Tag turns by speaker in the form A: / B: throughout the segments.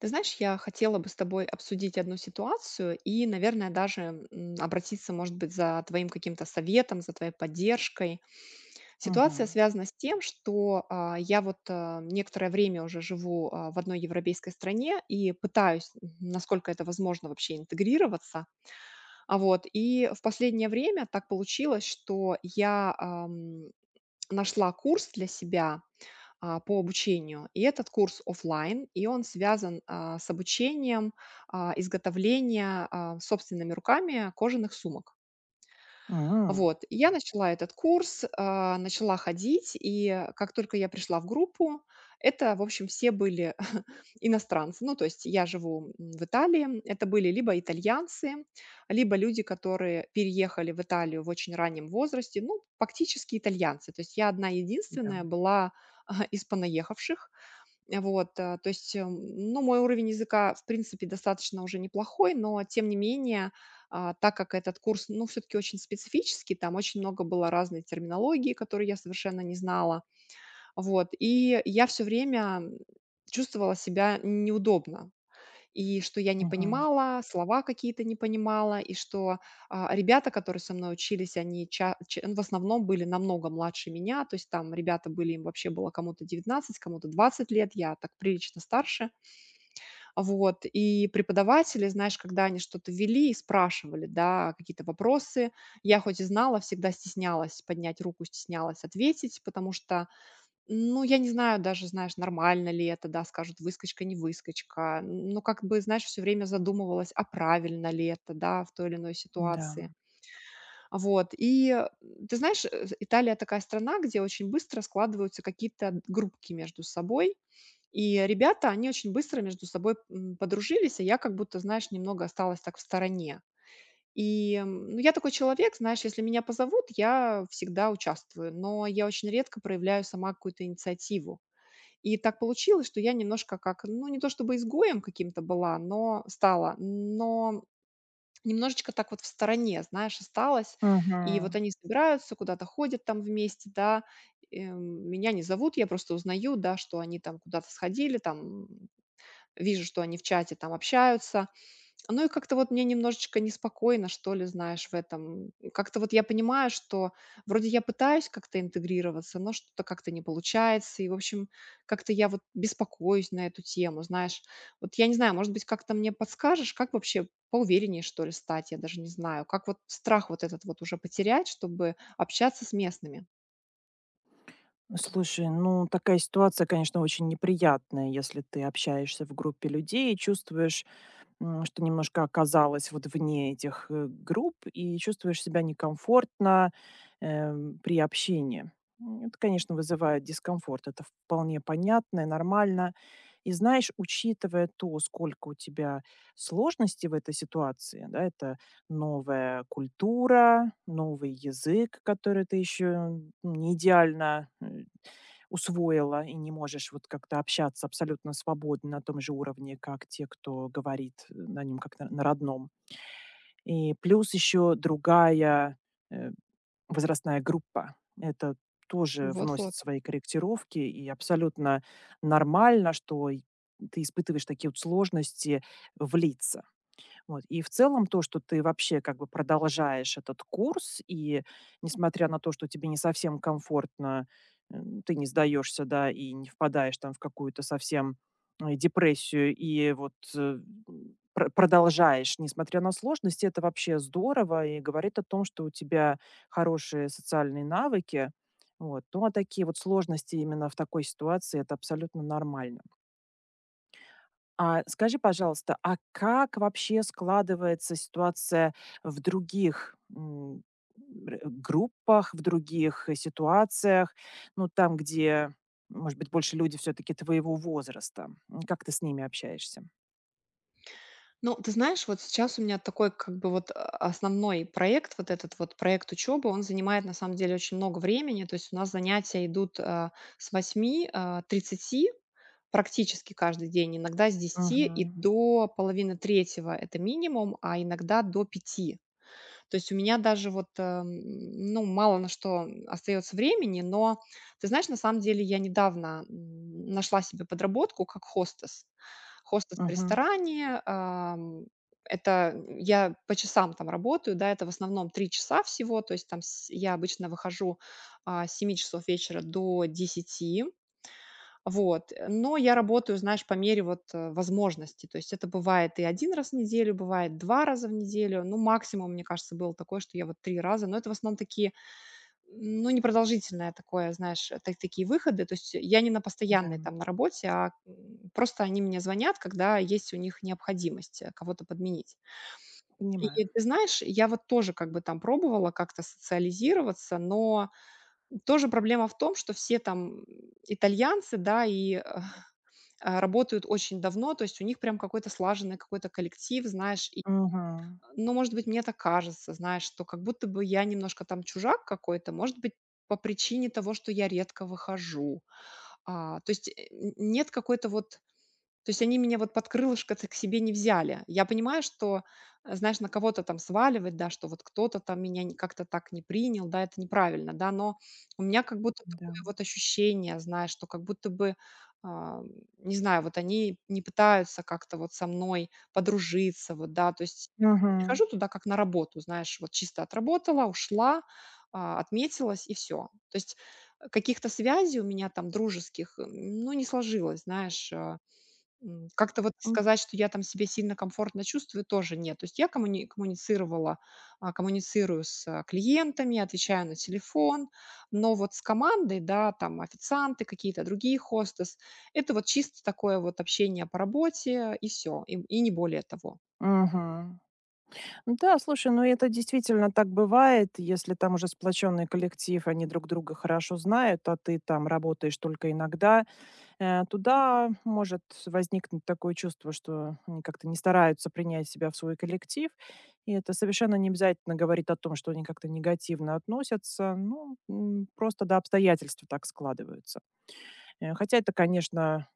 A: Ты знаешь, я хотела бы с тобой обсудить одну ситуацию и, наверное, даже обратиться, может быть, за твоим каким-то советом, за твоей поддержкой. Ситуация
B: Мгм.
A: связана с тем, что я вот некоторое время уже живу в одной европейской стране и пытаюсь, насколько это возможно, вообще интегрироваться. А вот и в последнее время так получилось, что я нашла курс для себя по обучению. И этот курс оффлайн, и он связан, с обучением, изготовления, собственными руками кожаных сумок.
B: М.
A: Вот, и я начала этот курс, начала ходить, и как только я пришла в группу, это, в общем, все были иностранцы. Ну, то есть я живу, в Италии, это были либо итальянцы, либо люди, которые переехали в Италию в очень раннем возрасте, ну, фактически итальянцы. То есть я одна
B: Да.
A: единственная была, из понаехавших. Вот, то есть, ну, мой уровень языка, в принципе, достаточно уже неплохой, но тем не менее, так как этот курс, ну, все таки очень специфический, там очень много было разной терминологии, которую я совершенно не знала. Вот, и я все время, чувствовала себя неудобно. И что я не
B: Мгм.
A: понимала, слова какие-то не понимала, и что, ребята, которые со мной учились, они ча че в основном были намного младше меня. То есть там ребята были, им вообще было кому-то 19, кому-то 20 лет, я так прилично старше. Вот, и преподаватели, знаешь, когда они что-то вели и спрашивали, да, какие-то вопросы, я хоть и знала, всегда стеснялась поднять руку, стеснялась ответить, потому что ну, я не знаю даже, знаешь, нормально ли это, да, скажут выскочка, не выскочка. Ну, как бы, знаешь, все время задумывалась, а правильно ли это, да, в той или иной
B: Да.
A: ситуации. Вот. И ты знаешь, Италия такая страна, где очень быстро складываются какие-то группки между собой. И ребята, они очень быстро между собой подружились, а я как будто, знаешь, немного осталась так в стороне. И ну, я такой человек, знаешь, если меня позовут, я всегда участвую, но я очень редко проявляю сама какую-то инициативу. И так получилось, что я немножко как, ну, не то чтобы изгоем каким-то была, но стала, но немножечко так вот в стороне, знаешь, осталась.
B: Мгм.
A: И вот они собираются, куда-то ходят там вместе, да, меня не зовут, я просто узнаю, да, что они там куда-то сходили, там, м, вижу, что они в чате там общаются, ну и как-то вот мне немножечко неспокойно, что ли, знаешь, в этом. И как-то вот я понимаю, что вроде я пытаюсь как-то интегрироваться, но что-то как-то не получается. И, в общем, как-то я вот беспокоюсь на эту тему, знаешь. Вот я не знаю, может быть, как-то мне подскажешь, как вообще поувереннее, что ли, стать, я даже не знаю. Как вот страх вот этот вот уже потерять, чтобы общаться с местными.
B: Слушай, ну такая ситуация, конечно, очень неприятная, если ты общаешься в группе людей и чувствуешь, что немножко оказалась вот вне этих, групп, и чувствуешь себя некомфортно, при общении. Это, конечно, вызывает дискомфорт. Это вполне понятно и нормально. И знаешь, учитывая то, сколько у тебя сложностей в этой ситуации, да, это новая культура, новый язык, который ты еще не идеально усвоила и не можешь вот как-то общаться абсолютно свободно на том же уровне, как те, кто говорит на нем как на родном. И плюс еще другая э, возрастная группа. Это тоже вносит
A: Вот-вот.
B: свои корректировки, и абсолютно нормально, что и ты испытываешь такие вот сложности влиться. Вот. И в целом то, что ты вообще как бы продолжаешь этот курс и, несмотря на то, что тебе не совсем комфортно, ты не сдаешься, да, и не впадаешь там в какую-то совсем депрессию, и вот продолжаешь, несмотря на сложности, это вообще здорово и говорит о том, что у тебя хорошие социальные навыки. Вот. Ну, а такие вот сложности именно в такой ситуации, это абсолютно нормально. А скажи, пожалуйста, а как вообще складывается ситуация в других, м, р группах, в других ситуациях? Ну, там, где, может быть, больше люди все таки твоего возраста. Как ты с ними общаешься?
A: Ну, ты знаешь, вот сейчас у меня такой как бы вот основной проект, вот этот вот проект учебы, он занимает на самом деле очень много времени. То есть у нас занятия идут с восьми 30 практически каждый день, иногда с десяти и
B: Мгм.
A: до половины третьего это минимум, а иногда до пяти. То есть у меня даже вот, ну, мало на что остается времени, но ты знаешь, на самом деле я недавно нашла себе подработку как хостес. Хостес в
B: Мгм.
A: ресторане, это я по часам там работаю, да, это в основном 3 часа всего, то есть там я обычно выхожу с семи часов вечера до десяти. Вот, но я работаю, знаешь, по мере вот, возможности. То есть это бывает и один раз в неделю, бывает 2 раза в неделю. Ну, максимум, мне кажется, было такое, что я вот 3 раза, но это в основном такие, ну, непродолжительное такое, знаешь, та такие выходы. То есть я не на
B: Да.
A: постоянной там на работе, просто они мне звонят, когда есть у них необходимость, кого-то подменить.
B: Понимаю.
A: И ты знаешь, я вот тоже как бы там пробовала как-то социализироваться, но тоже проблема в том, что все там, итальянцы, да, и, работают очень давно, то есть у них прям какой-то слаженный какой-то коллектив, знаешь. И,
B: Мгм.
A: ну, может быть, мне так кажется, знаешь, что как будто бы я немножко там чужак какой-то, может быть, по причине того, что я редко выхожу. То есть нет какой-то вот то есть они меня вот под крылышко-то к себе не взяли. Я понимаю, что, знаешь, на кого-то там сваливать, да, что вот кто-то там меня как-то так не принял, да, это неправильно, да, но у меня как будто такое
B: Да.
A: вот ощущение, знаешь, что как будто бы, а, не знаю, вот они не пытаются как-то вот со мной подружиться, вот, да, то есть я
B: Мгм.
A: прихожу туда как на работу, знаешь, вот чисто отработала, ушла, отметилась и все. То есть каких-то связей у меня там дружеских, ну, не сложилось, знаешь, как-то вот
B: М.
A: сказать, что я там себя сильно комфортно чувствую, тоже нет. То есть я коммуницировала, коммуницирую с, клиентами, отвечаю на телефон, но вот с командой, да, там официанты какие-то, другие хостес- это вот чисто такое вот общение по работе и все, и не более того.
B: Мгм. Да, слушай, ну это действительно так бывает, если там уже сплоченный коллектив, они друг друга хорошо знают, а ты там работаешь только иногда, туда может возникнуть такое чувство, что они как-то не стараются принять себя в свой коллектив, и это совершенно не обязательно говорит о том, что они как-то негативно относятся, ну, просто до обстоятельств так складываются. Хотя это, конечно,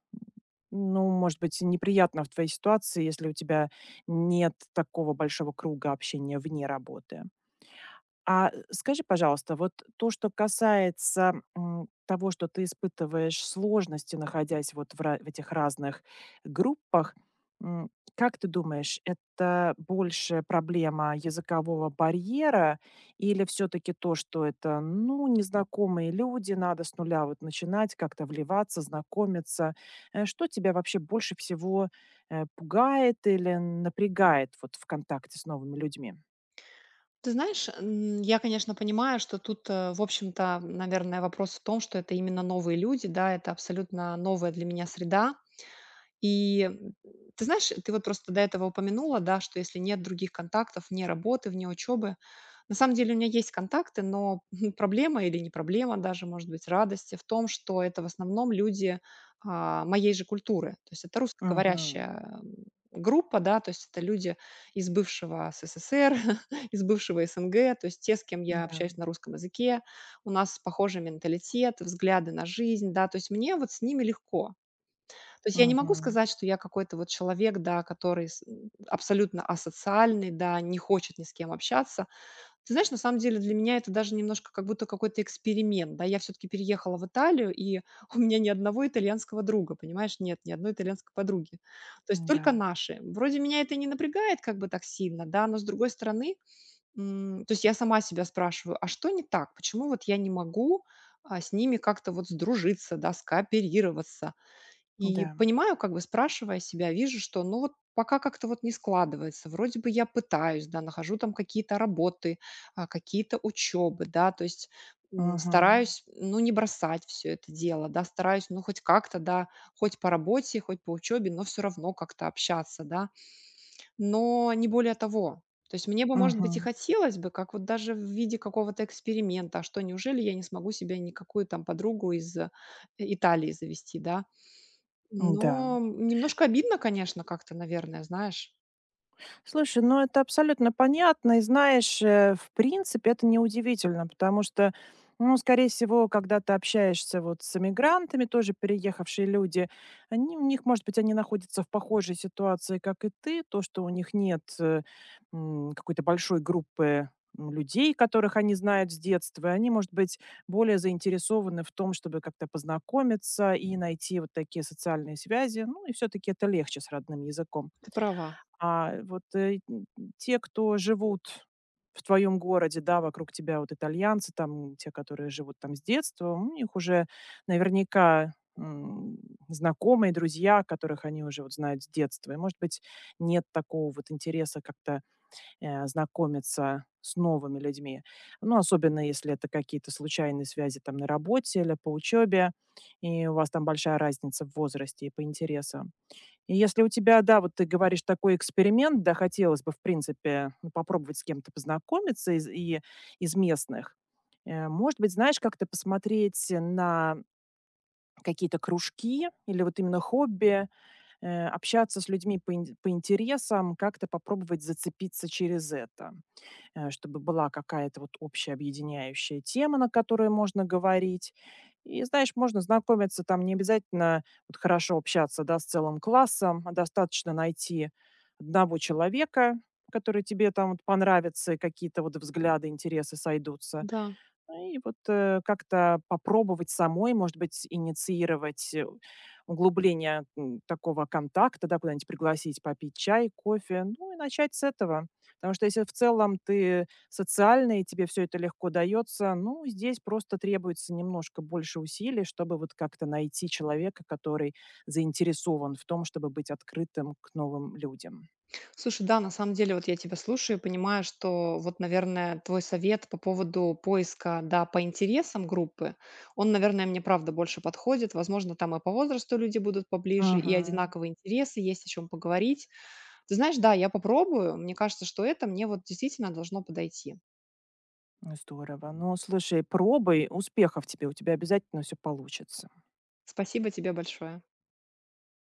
B: ну, может быть, неприятно в твоей ситуации, если у тебя нет такого большого круга общения вне работы. А, скажи, пожалуйста, вот то, что касается, того, что ты испытываешь сложности, находясь вот в этих разных группах, м, как ты думаешь, это больше проблема языкового барьера или все таки то, что это, ну, незнакомые люди, надо с нуля вот начинать как-то вливаться, знакомиться? Что тебя вообще больше всего пугает или напрягает вот в контакте с новыми людьми?
A: Ты знаешь, я, конечно, понимаю, что тут, в общем-то, наверное, вопрос в том, что это именно новые люди, да, это абсолютно новая для меня среда. И, ты знаешь, ты вот просто до этого упомянула, да, что если нет других контактов, вне работы, вне учебы. На самом деле у меня есть контакты, но проблема или не проблема даже, может быть, радости в том, что это в основном люди, моей же культуры. То есть это
B: Мгм.
A: русскоговорящая, группа, да, то есть это люди из бывшего СССР, из бывшего СНГ, то есть те, с кем я
B: Да.
A: общаюсь на русском языке. У нас похожий менталитет, взгляды на жизнь, да, то есть мне вот с ними легко. То есть я не могу
B: Мгм.
A: сказать, что я какой-то вот человек, да, который с абсолютно асоциальный, да, не хочет ни с кем общаться. Ты знаешь, на самом деле для меня это даже немножко как будто какой-то эксперимент, да. Я все-таки переехала в Италию, и у меня ни одного итальянского друга, понимаешь, нет, ни одной итальянской подруги. То есть только
B: Да,
A: наши. Вроде меня это не напрягает как бы так сильно, да, но с другой стороны, то есть я сама себя спрашиваю, а что не так? Почему вот я не могу с ними как-то вот сдружиться, да, скооперироваться, и
B: да.
A: понимаю, как бы спрашивая себя, вижу, что ну вот пока как-то вот не складывается. Вроде бы я пытаюсь, да, нахожу там какие-то работы, какие-то учебы, да, то есть
B: Мгм.
A: стараюсь, ну, не бросать все это дело, да, стараюсь, ну, хоть как-то, да, хоть по работе, хоть по учебе, но все равно как-то общаться, да, но не более того. То есть мне бы, может быть, и
B: Мгм.
A: хотелось бы, как вот даже в виде какого-то эксперимента, а что, неужели я не смогу себе никакую там подругу из Италии завести, да,
B: Да.
A: но, немножко обидно, конечно, как-то, наверное, знаешь.
B: Слушай, ну это абсолютно понятно. И знаешь, в принципе, это неудивительно, потому что, ну, скорее всего, когда ты общаешься вот с эмигрантами, тоже переехавшие люди, они, у них, может быть, они находятся в похожей ситуации, как и ты. То, что у них нет какой-то большой группы людей, которых они знают с детства, и они, может быть, более заинтересованы в том, чтобы как-то познакомиться и найти вот такие социальные связи. Ну, и все-таки это легче с родным языком.
A: Ты права,
B: А вот, те, кто живут в твоем городе, да, вокруг тебя вот итальянцы, там те, которые живут там с детства, у них уже наверняка м, знакомые, друзья, которых они уже вот знают с детства. И, может быть, нет такого вот интереса как-то знакомиться с новыми людьми. Ну, особенно если это какие-то случайные связи там на работе или по учебе, и у вас там большая разница в возрасте и по интересам. И если у тебя, да, вот ты говоришь, такой эксперимент, да, хотелось бы, в принципе, ну, попробовать с кем-то познакомиться из местных. Может быть, знаешь, как-то посмотреть на какие-то кружки или вот именно хобби, общаться с людьми по интересам, как-то попробовать зацепиться через это, чтобы была какая-то вот общая объединяющая тема, на которой можно говорить. И, знаешь, можно знакомиться там не обязательно вот хорошо общаться, да, с целым классом, а достаточно найти одного человека, который тебе там вот понравится, и какие-то вот взгляды, интересы сойдутся.
A: да.
B: Ну и вот, как-то попробовать самой, может быть, инициировать углубление такого контакта, да, куда-нибудь пригласить попить чай, кофе. Ну и начать с этого. Потому что если в целом ты социальный, и тебе все это легко даётся, ну, здесь просто требуется немножко больше усилий, чтобы вот как-то найти человека, который заинтересован в том, чтобы быть открытым к новым людям.
A: Слушай, да, на самом деле, вот я тебя слушаю и понимаю, что вот, наверное, твой совет по поводу поиска, да, по интересам группы, он, наверное, мне правда больше подходит. Возможно, там и по возрасту люди будут поближе, и
B: Мгм.
A: одинаковые интересы, есть о чем поговорить. Ты знаешь, да, я попробую. Мне кажется, что это мне вот действительно должно подойти.
B: Здорово. Ну, слушай, пробуй. Успехов тебе, у тебя обязательно все получится.
A: Спасибо тебе большое.